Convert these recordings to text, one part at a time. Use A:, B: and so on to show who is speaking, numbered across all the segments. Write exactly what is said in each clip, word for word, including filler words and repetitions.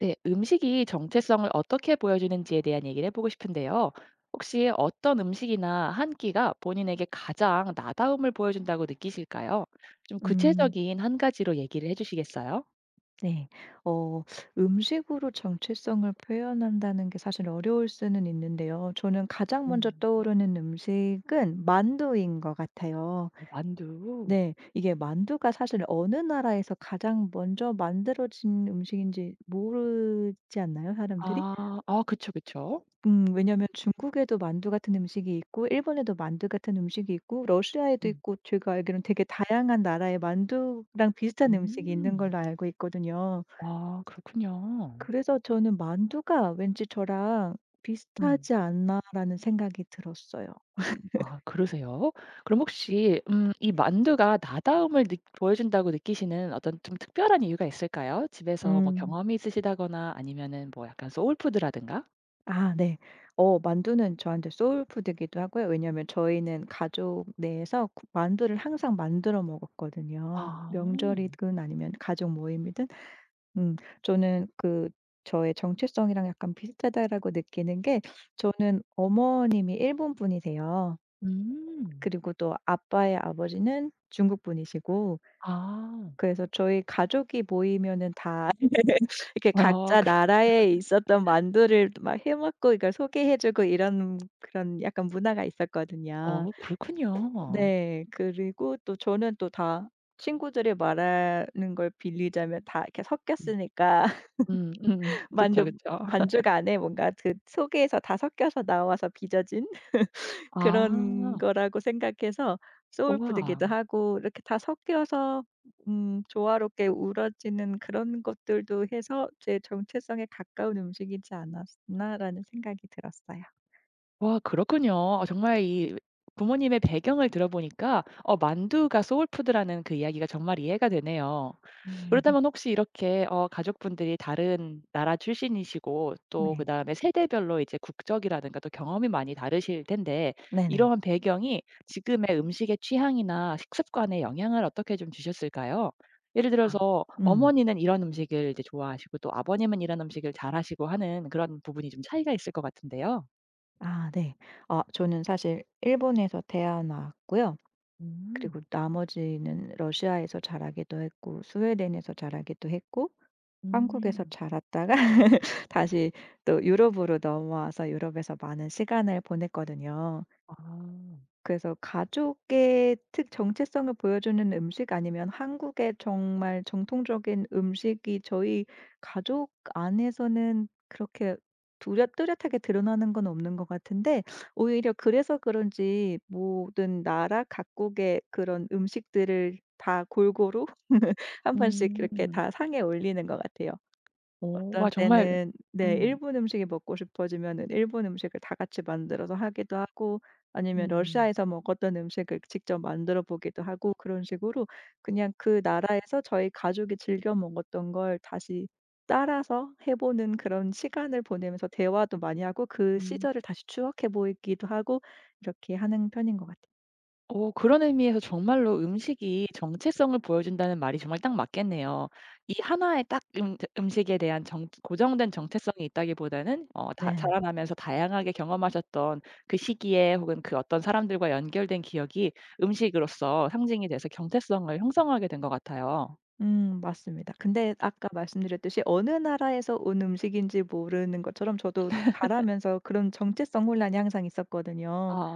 A: 네, 음식이 정체성을 어떻게 보여주는지에 대한 얘기를 해보고 싶은데요. 혹시 어떤 음식이나 한 끼가 본인에게 가장 나다움을 보여준다고 느끼실까요? 좀
B: 음,
A: 구체적인 한 가지로 얘기를 해주시겠어요?
B: 네. 어 음식으로 정체성을 표현한다는 게 사실 어려울 수는 있는데요. 저는 가장 먼저
A: 음,
B: 떠오르는 음식은 만두인 것 같아요.
A: 어, 만두.
B: 네. 이게 만두가 사실 어느 나라에서 가장 먼저 만들어진 음식인지 모르지 않나요, 사람들이?
A: 아, 아, 그쵸, 그쵸.
B: 음 왜냐면 중국에도 만두 같은 음식이 있고 일본에도 만두 같은 음식이 있고 러시아에도
A: 음,
B: 있고 제가 알기로는 되게 다양한 나라의 만두랑 비슷한 음식이 있는
A: 음,
B: 걸로 알고 있거든요.
A: 아, 그렇군요.
B: 그래서 저는 '만두가 왠지 저랑
A: 음.
B: 비슷하지 않나.'라는 생각이 들었어요.
A: 아 그러세요? 그럼 혹시 음 이 만두가 나다움을 느 보여준다고 느끼시는 어떤 좀 특별한 이유가 있을까요? 집에서 뭐
B: 음.
A: 경험이 있으시다거나 아니면은 뭐 약간 소울푸드라든가?
B: 아, 네. 어 만두는 저한테 소울 푸드이기도 하고요. 왜냐하면 저희는 가족 내에서 구 만두를 항상 만들어 먹었거든요.
A: 아.
B: 명절이든 아니면 가족 모임이든. 음 저는 그 저의 정체성이랑 약간 비슷하다라고 느끼는 게 저는 어머님이 일본 분이세요.
A: 음.
B: 그리고 또 아빠의 아버지는 중국 분이시고
A: 아.
B: 그래서 저희 가족이 모이면은 다 이렇게
A: 아
B: 각자
A: 그
B: 나라에 있었던 만두를 막 해 먹고 이걸 소개해 주고 이런 그런 약간 문화가 있었거든요.
A: 어 그렇군요.
B: 네. 그리고 또 저는 또 다 친구들이 말하는 걸 빌리자면 다 이렇게
A: 음.
B: 섞였으니까
A: 음 음. 그쵸,
B: 만두
A: 그쵸.
B: 반죽 안에 뭔가 그 속에서 다 섞여서 나와서 빚어진 그런
A: 아.
B: 거라고 생각해서
A: 우와.
B: 소울푸드기도 하고 이렇게 다 섞여서 음 조화롭게 우러지는 그런 것들도 해서 제 정체성에 가까운 음식이지 않았나라는 생각이 들었어요.
A: 와 그렇군요. 어, 정말 이 부모님의 배경을 들어보니까 어 만두가 소울푸드라는 그 이야기가 정말 이해가 되네요. 그렇다면 혹시 이렇게 어 가족분들이 다른 나라 출신이시고 또
B: 네.
A: 그다음에 세대별로 이제 국적이라든가 또 경험이 많이 다르실 텐데
B: 네네.
A: 이러한 배경이 지금의 음식의 취향이나 식습관에 영향을 어떻게 좀 주셨을까요? 예를
B: 아.
A: 들어서
B: 음.
A: 어머니는 이런 음식을 이제 좋아하시고 또 아버님은 이런 음식을 잘하시고 하는 그런 부분이 좀 차이가 있을 것 같은데요.
B: 아, 네. 아, 저는 사실 일본에서 태어났고요. 그리고
A: 음.
B: 나머지는 러시아에서 자라기도 했고 스웨덴에서 자라기도 했고 한국에서
A: 음.
B: 자랐다가 다시 또 유럽으로 넘어와서 유럽에서 많은 시간을 보냈거든요.
A: 아.
B: 그래서 가족의 특 정체성을 보여주는 음식 아니면 한국의 정말 정통적인 음식이 저희 가족 안에서는 그렇게 두렷 뚜렷하게 드러나는 건 없는 것 같은데 오히려 그래서 그런지 모든 나라 각국의 그런 음식들을 다 골고루 한 번씩 이렇게
A: 음.
B: 다 상에 올리는 것 같아요.
A: 오, 와
B: 어떤
A: 정말.
B: 때는, 네,
A: 음.
B: 일본 음식이 먹고 싶어지면은 일본 음식을 다 같이 만들어서 하기도 하고 아니면
A: 음.
B: 러시아에서 먹었던 음식을 직접 만들어 보기도 하고 그런 식으로 그냥 그 나라에서 저희 가족이 즐겨 먹었던 걸 다시 따라서 해 보는 그런 시간을 보내면서 대화도 많이 하고 그
A: 음.
B: 시절을 다시 추억해 보이기도 하고 이렇게 하는 편인 것 같아요.
A: 오 그런 의미에서 정말로 음식이 정체성을 보여준다는 말이 정말 딱 맞겠네요. 이 하나의 딱 음 음식에 대한 정 고정된 정체성이 있다기보다는 어 다
B: 네.
A: 자라나면서 다양하게 경험하셨던 그 시기에 혹은 그 어떤 사람들과 연결된 기억이 음식으로서 상징이 돼서 정체성을 형성하게 된 것 같아요.
B: 음, 맞습니다. 근데 아까 말씀드렸듯이 어느 나라에서 온 음식인지 모르는 것처럼 저도 잘하면서 그런 정체성 혼란이 항상 있었거든요.
A: 아.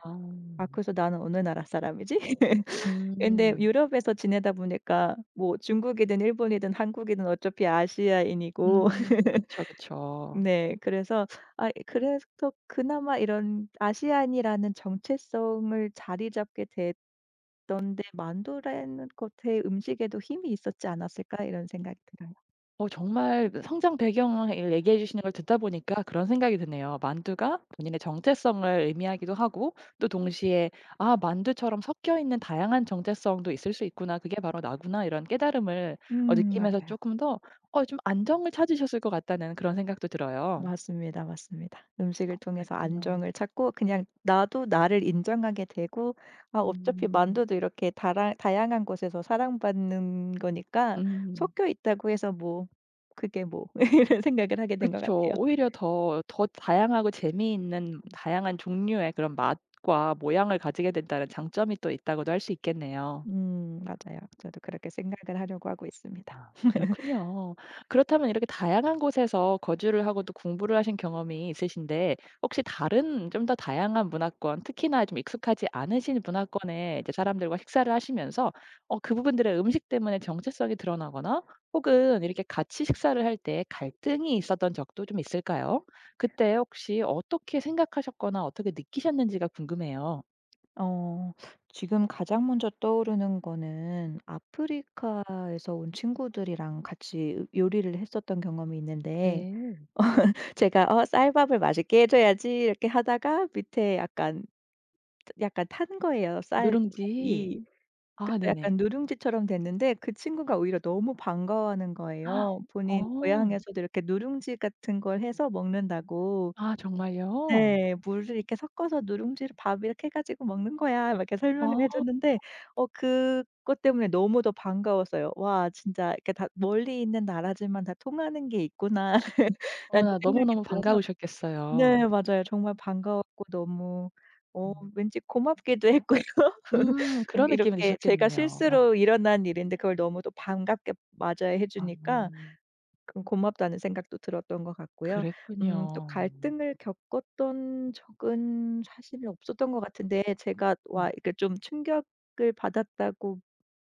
B: 아, 그래서 '나는 어느 나라 사람이지?' 근데
A: 음.
B: 유럽에서 지내다 보니까 뭐 중국이든 일본이든 한국이든 어차피 아시아인이고
A: 음. 그쵸, 그쵸.
B: 네. 그래서 아 그래서 그나마 이런 아시안이라는 정체성을 자리 잡게 됐던 데 만두라는 것의 음식에도 힘이 있었지 않았을까 이런 생각이 들어요.
A: 어 정말 그 성장 배경을 얘기해 주시는 걸 듣다 보니까 그런 생각이 드네요. 만두가 본인의 정체성을 의미하기도 하고 또 동시에 '아 만두처럼 섞여 있는 다양한 정체성도 있을 수 있구나. 그게 바로 나구나.' 이런 깨달음을 어
B: 음,
A: 느끼면서
B: 맞아요.
A: 조금 더 어 좀 안정을 찾으셨을 것 같다는 그런 생각도 들어요.
B: 맞습니다, 맞습니다. 음식을
A: 그렇
B: 통해서
A: 군요
B: 안정을 찾고 그냥 나도 나를 인정하게 되고 아, 어차피
A: 음.
B: 만두도 이렇게 다라 다양한 곳에서 사랑받는 거니까
A: 음.
B: 섞여 있다고 해서 뭐 그게 뭐 이런 생각을 하게 된 것
A: 그쵸.
B: 같아요.
A: 오히려 더 더 다양하고 재미있는 다양한 종류의 그런 맛과 모양을 가지게 된다는 장점이 또 있다고도 할 수 있겠네요.
B: 음, 맞아요. 저도 그렇게 생각을 하려고 하고 있습니다.
A: 아 그렇군요. 그렇다면 이렇게 다양한 곳에서 거주를 하고 또 공부를 하신 경험이 있으신데 혹시 다른 좀 더 다양한 문화권, 특히나 좀 익숙하지 않으신 문화권의 이제 사람들과 식사를 하시면서 어 그 부분들의 음식 때문에 정체성이 드러나거나 혹은 이렇게 같이 식사를 할 때 갈등이 있었던 적도 좀 있을까요? 그때 혹시 어떻게 생각하셨거나 어떻게 느끼셨는지가 궁금해요.
B: 어 지금 가장 먼저 떠오르는 거는 아프리카에서 온 친구들이랑 같이 요리를 했었던 경험이 있는데
A: 네.
B: 제가 '어 쌀밥을 맛있게 해 줘야지.' 이렇게 하다가 밑에 약간 약간 탄 거예요, 쌀이.
A: 누룽지. 아
B: 그래서
A: 네네.
B: 약간 누룽지처럼 됐는데 그 친구가 오히려 너무 반가워하는
A: 헉,
B: 거예요.
A: 어.
B: 본인 고향에서도 이렇게 누룽지 같은 걸 해서 먹는다고.
A: 아 정말요?
B: 네. "물을 이렇게 섞어서 누룽지를 밥 이렇게 해 가지고 먹는 거야." 막 이렇게 설명을 해
A: 아
B: 줬는데 어 그것 때문에 너무 더 반가웠어요. '와 진짜 이렇게 다 멀리 있는 나라지만 다 통하는 게 있구나.'라는
A: 어머나
B: 생각이
A: 너무너무
B: 들어서,
A: 반가우셨겠어요.
B: 네, 맞아요. 정말 반가웠고 너무 어
A: 음.
B: 왠지 고맙기도 했고요.
A: 음
B: 음
A: 그런 느낌이
B: 이렇게 제가
A: 드셨겠네요. 어.
B: 실수로 일어난 일인데 그걸 너무 또 반갑게 맞이해 주니까
A: 아
B: 그건 고맙다는 생각도 들었던 것 같고요. 음 또
A: 그랬군요.
B: 갈등을 겪었던 적은 사실 없었던 것 같은데 제가 와
A: 음.
B: 이렇게 좀 충격을 받았다고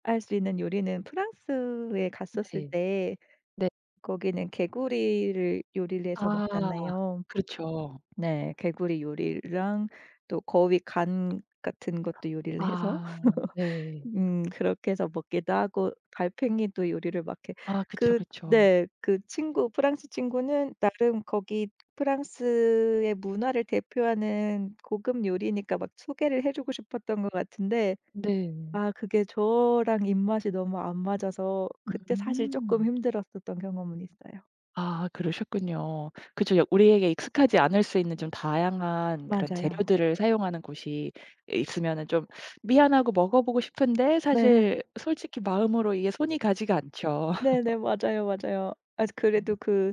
B: 할 수 있는 요리는 프랑스에 갔었을
A: 네.
B: 때
A: 네.
B: 거기는 개구리를 요리를 해서
A: 아
B: 먹잖아요.
A: 그렇죠.
B: 네. 개구리 요리랑 또 거위 간 같은 것도 요리를 해서
A: 아 네.
B: 음 그렇게 해서 먹기도 하고 달팽이도 요리를 막 해
A: 아 그쵸,
B: 그
A: 그쵸.
B: 네. 그 친구 프랑스 친구는 나름 거기 프랑스의 문화를 대표하는 고급 요리니까 막 소개를 해 주고 싶었던 것 같은데
A: 네.
B: 아, 그게 저랑 입맛이 너무 안 맞아서 그때 사실 쪼끔
A: 음.
B: 힘들었었던 경험은 있어요.
A: 아 그러셨군요. 그렇여 우리에게 익숙하지 않을 수 있는 좀 다양한 그런
B: 맞아요.
A: 재료들을 사용하는 곳이 있으면은 좀 미안하고 먹어보고 싶은데
B: 네.
A: 사실 솔직히 마음으로 이게 손이 가지가 않죠.
B: 네네. 맞아요, 맞아요. 아,
A: 아
B: 그래도 그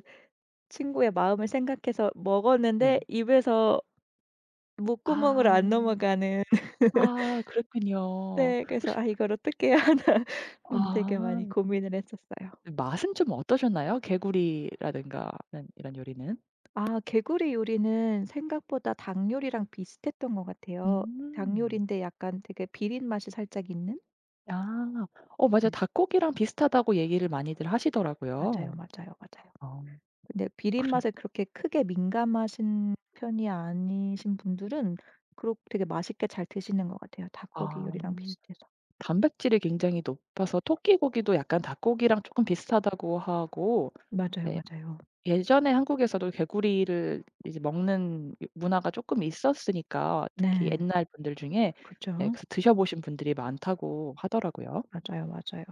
B: 친구의 마음을 생각해서 먹었는데
A: 네.
B: 입에서 목구멍으로
A: 아.
B: 안 넘어가는
A: 아 그랬군요.
B: 네. 그래서 '아 이걸 어떻게 해야 하나.' 음 되게
A: 아.
B: 많이 고민을 했었어요.
A: 맛은 좀 어떠셨나요? 개구리라든가는 이런 요리는?
B: 아, 개구리 요리는 생각보다 닭 요리랑 비슷했던 것 같아요. 닭
A: 음.
B: 요리인데 약간 되게 비린 맛이 살짝 있는?
A: 아. 어 맞아요.
B: 네.
A: 닭고기랑 비슷하다고 얘기를 많이들 하시더라고요.
B: 맞아요, 맞아요, 맞아요.
A: 아
B: 근데 비린
A: 그래.
B: 맛에 그렇게 크게 민감하신 편이 아니신 분들은 그렇 게 되게 맛있게 잘 드시는 것 같아요, 닭고기
A: 아.
B: 요리랑 비슷해서.
A: 단백질이 굉장히 높아서 토끼고기도 약간 닭고기랑 쪼끔 비슷하다고 하고,
B: 맞아요,
A: 네,
B: 맞아요.
A: 예전에 한국에서도 개구리를 이제 먹는 이 문화가 쪼끔 있었으니까 특히
B: 네.
A: 옛날 분들 중에. 네
B: 그죠.
A: 그래서 드셔보신 분들이 많다고 하더라고요.
B: 맞아요, 맞아요.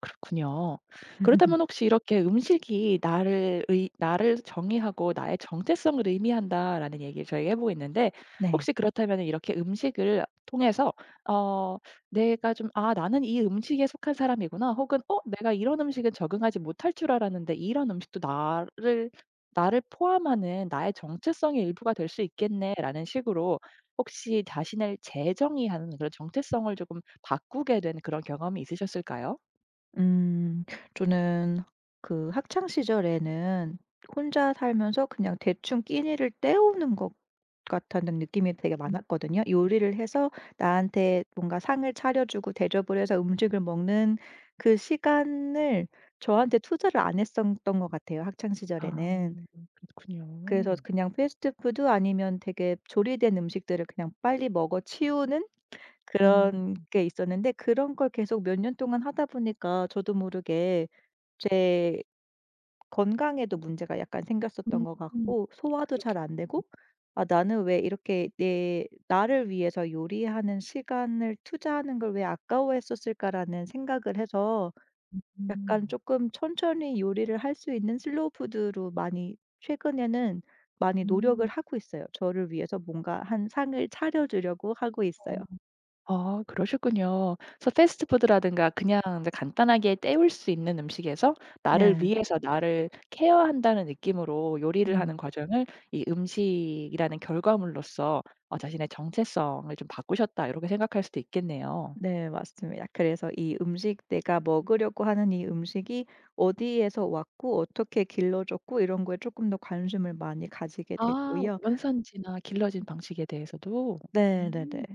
A: 그렇군요. 그렇다면 혹시 이렇게 '음식이 나를 의 나를 정의하고 나의 정체성을 의미한다.'라는 얘기를 저희가 해 보고 있는데
B: 네.
A: 혹시 그렇다면 이렇게 음식을 통해서 어 내가 좀 '아 나는 이 음식에 속한 사람이구나.' 혹은 '어 내가 이런 음식은 적응하지 못할 줄 알았는데 이런 음식도 나를 나를 포함하는 나의 정체성의 일부가 될 수 있겠네.'라는 식으로 혹시 자신을 재정의하는 그런 정체성을 조금 바꾸게 된 그런 경험이 있으셨을까요?
B: 음 저는 그 학창 시절에는 혼자 살면서 그냥 대충 끼니를 때우는 것 같다는 느낌이 되게 많았거든요. 요리를 해서 나한테 뭔가 상을 차려주고 대접을 해서 음식을 먹는 그 시간을 저한테 투자를 안 했었던 것 같아요, 학창
A: 아
B: 시절에는. 그래서
A: 그렇군요.
B: 그냥 패스트푸드 아니면 되게 조리된 음식들을 그냥 빨리 먹어 치우는 그런
A: 음.
B: 게 있었는데 그런 걸 계속 몇 년 동안 하다 보니까 저도 모르게 제 건강에도 문제가 약간 생겼었던
A: 음.
B: 것
A: 음.
B: 같고 소화도 잘
A: 그렇게.
B: 안 되고 '아 나는 왜 이렇게 내 나를 위해서 요리하는 시간을 투자하는 걸 왜 아까워했었을까.'라는 생각을 해서 약간
A: 음.
B: 조금 천천히 요리를 할 수 있는 슬로우 푸드로 많이 최근에는 많이 노력을
A: 음.
B: 하고 있어요. 저를 위해서 뭔가 한 상을 차려 주려고 하고 있어요.
A: 아 그러셨군요. 그래서 패스트푸드라든가 그냥 제 간단하게 때울 수 있는 음식에서 나를
B: 네.
A: 위해서 나를 케어한다는 느낌으로 요리를 하는
B: 음.
A: 과정을 이 음식이라는 결과물로서 어 '자신의 정체성을 좀 바꾸셨다.' 이렇게 생각할 수도 있겠네요.
B: 네, 맞습니다. 그래서 이 음식 내가 먹으려고 하는 이 음식이 어디에서 왔고 어떻게 길러졌고 이런 거에 조금 더 관심을 많이 가지게
A: 아
B: 됐고요.
A: 원산지나 길러진 방식에 대해서도. 음.
B: 네네네.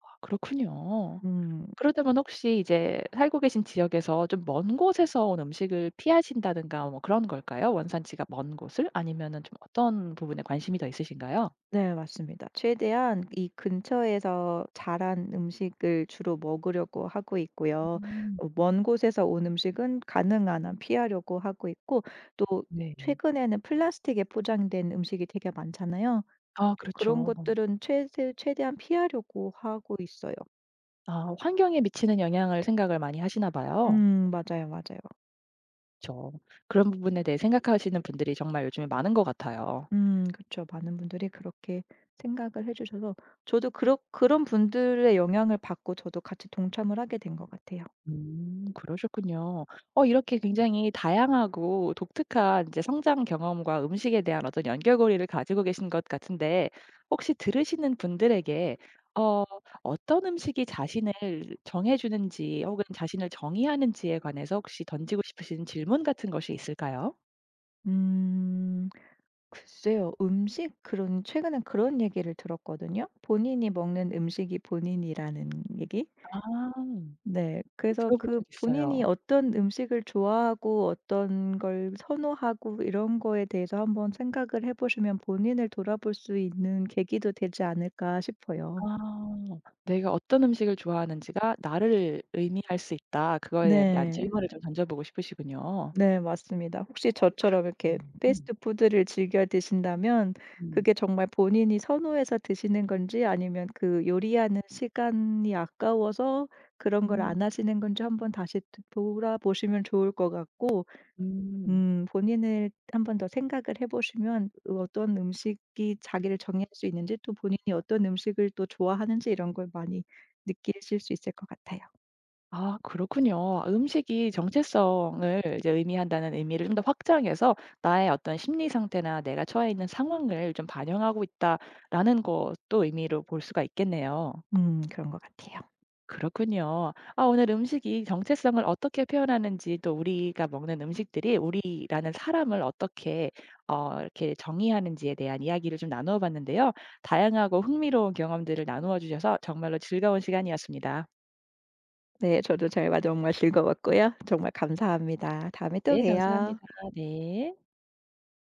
A: 아 그렇군요.
B: 음,
A: 그러다면 혹시 이제 살고 계신 지역에서 좀 먼 곳에서 온 음식을 피하신다든가 뭐 그런 걸까요? 원산지가 먼 곳을? 아니면은 좀 어떤 부분에 관심이 더 있으신가요?
B: 네, 맞습니다. 최대한 이 근처에서 자란 음식을 주로 먹으려고 하고 있고요.
A: 음.
B: 어 먼 곳에서 온 음식은 가능한 한 피하려고 하고 있고 또
A: 네.
B: 최근에는 플라스틱에 포장된 음식이 되게 많잖아요.
A: 아
B: 좀 그런
A: 그렇죠.
B: 것들은 최대 최대한 피하려고 하고 있어요.
A: 아 환경에 미치는 영향을 생각을 많이 하시나 봐요.
B: 음, 맞아요, 맞아요.
A: 그쵸. 그런 부분에 대해 생각하시는 분들이 정말 요즘에 많은 것 같아요.
B: 음, 그렇죠. 많은 분들이 그렇게 생각을 해 주셔서 저도 그렇 그런 분들의 영향을 받고 저도 같이 동참을 하게 된 것 같아요.
A: 음 그러셨군요. 어 이렇게 굉장히 다양하고 독특한 이제 성장 경험과 음식에 대한 어떤 연결고리를 가지고 계신 것 같은데 혹시 들으시는 분들에게 어 어떤 음식이 자신을 정해 주는지 혹은 자신을 정의하는지에 관해서 혹시 던지고 싶으신 질문 같은 것이 있을까요?
B: 음, 글쎄요. 음식 그런 최근에 그런 얘기를 들었거든요. 본인이 먹는 음식이 본인이라는 얘기?
A: 아.
B: 네.
A: 네
B: 그래서
A: 들어본
B: 그
A: 적
B: 본인이
A: 있어요.
B: 어떤 음식을 좋아하고 어떤 걸 선호하고 이런 거에 대해서 한번 생각을 해 보시면 본인을 돌아볼 수 있는 계기도 되지 않을까
A: 아.
B: 싶어요.
A: "내가 어떤 음식을 좋아하는지가 나를 의미할 수 있다." 그거에 대한
B: 네.
A: 질문을 좀 던져보고 싶으시군요.
B: 네, 맞습니다. 혹시 저처럼 이렇게
A: 음. 음.
B: 패스트푸드를 즐겨 드신다면 그게
A: 음.
B: 정말 본인이 선호해서 드시는 건지 아니면 그 요리하는 시간이 아까워서 그런 걸
A: 음.
B: 안 하시는 건지 한번 다시 돌아보시면 좋을 것 같고
A: 음.
B: 음 본인을 한번 더 생각을 해 보시면 어떤 음식이 자기를 정의할 수 있는지 또 본인이 어떤 음식을 또 좋아하는지 이런 걸 많이 느끼실 수 있을 것 같아요.
A: 아 그렇군요. 음식이 정체성을 이제 의미한다는 의미를 좀 더 확장해서 나의 어떤 심리 상태나 내가 처해 있는 상황을 좀 반영하고 있다라는 것도 의미로 볼 수가 있겠네요.
B: 음 그런 것 같아요.
A: 그렇군요. 아 오늘 음식이 정체성을 어떻게 표현하는지 또 우리가 먹는 음식들이 우리라는 사람을 어떻게 어 이렇게 정의하는지에 대한 이야기를 좀 나누어 봤는데요. 다양하고 흥미로운 경험들을 나누어 주셔서 정말로 즐거운 시간이었습니다.
B: 네, 저도 대화 정말 즐거웠고요. 정말 감사합니다. 다음에 또
A: 네
B: 봬요.
A: 감사합니다. 네.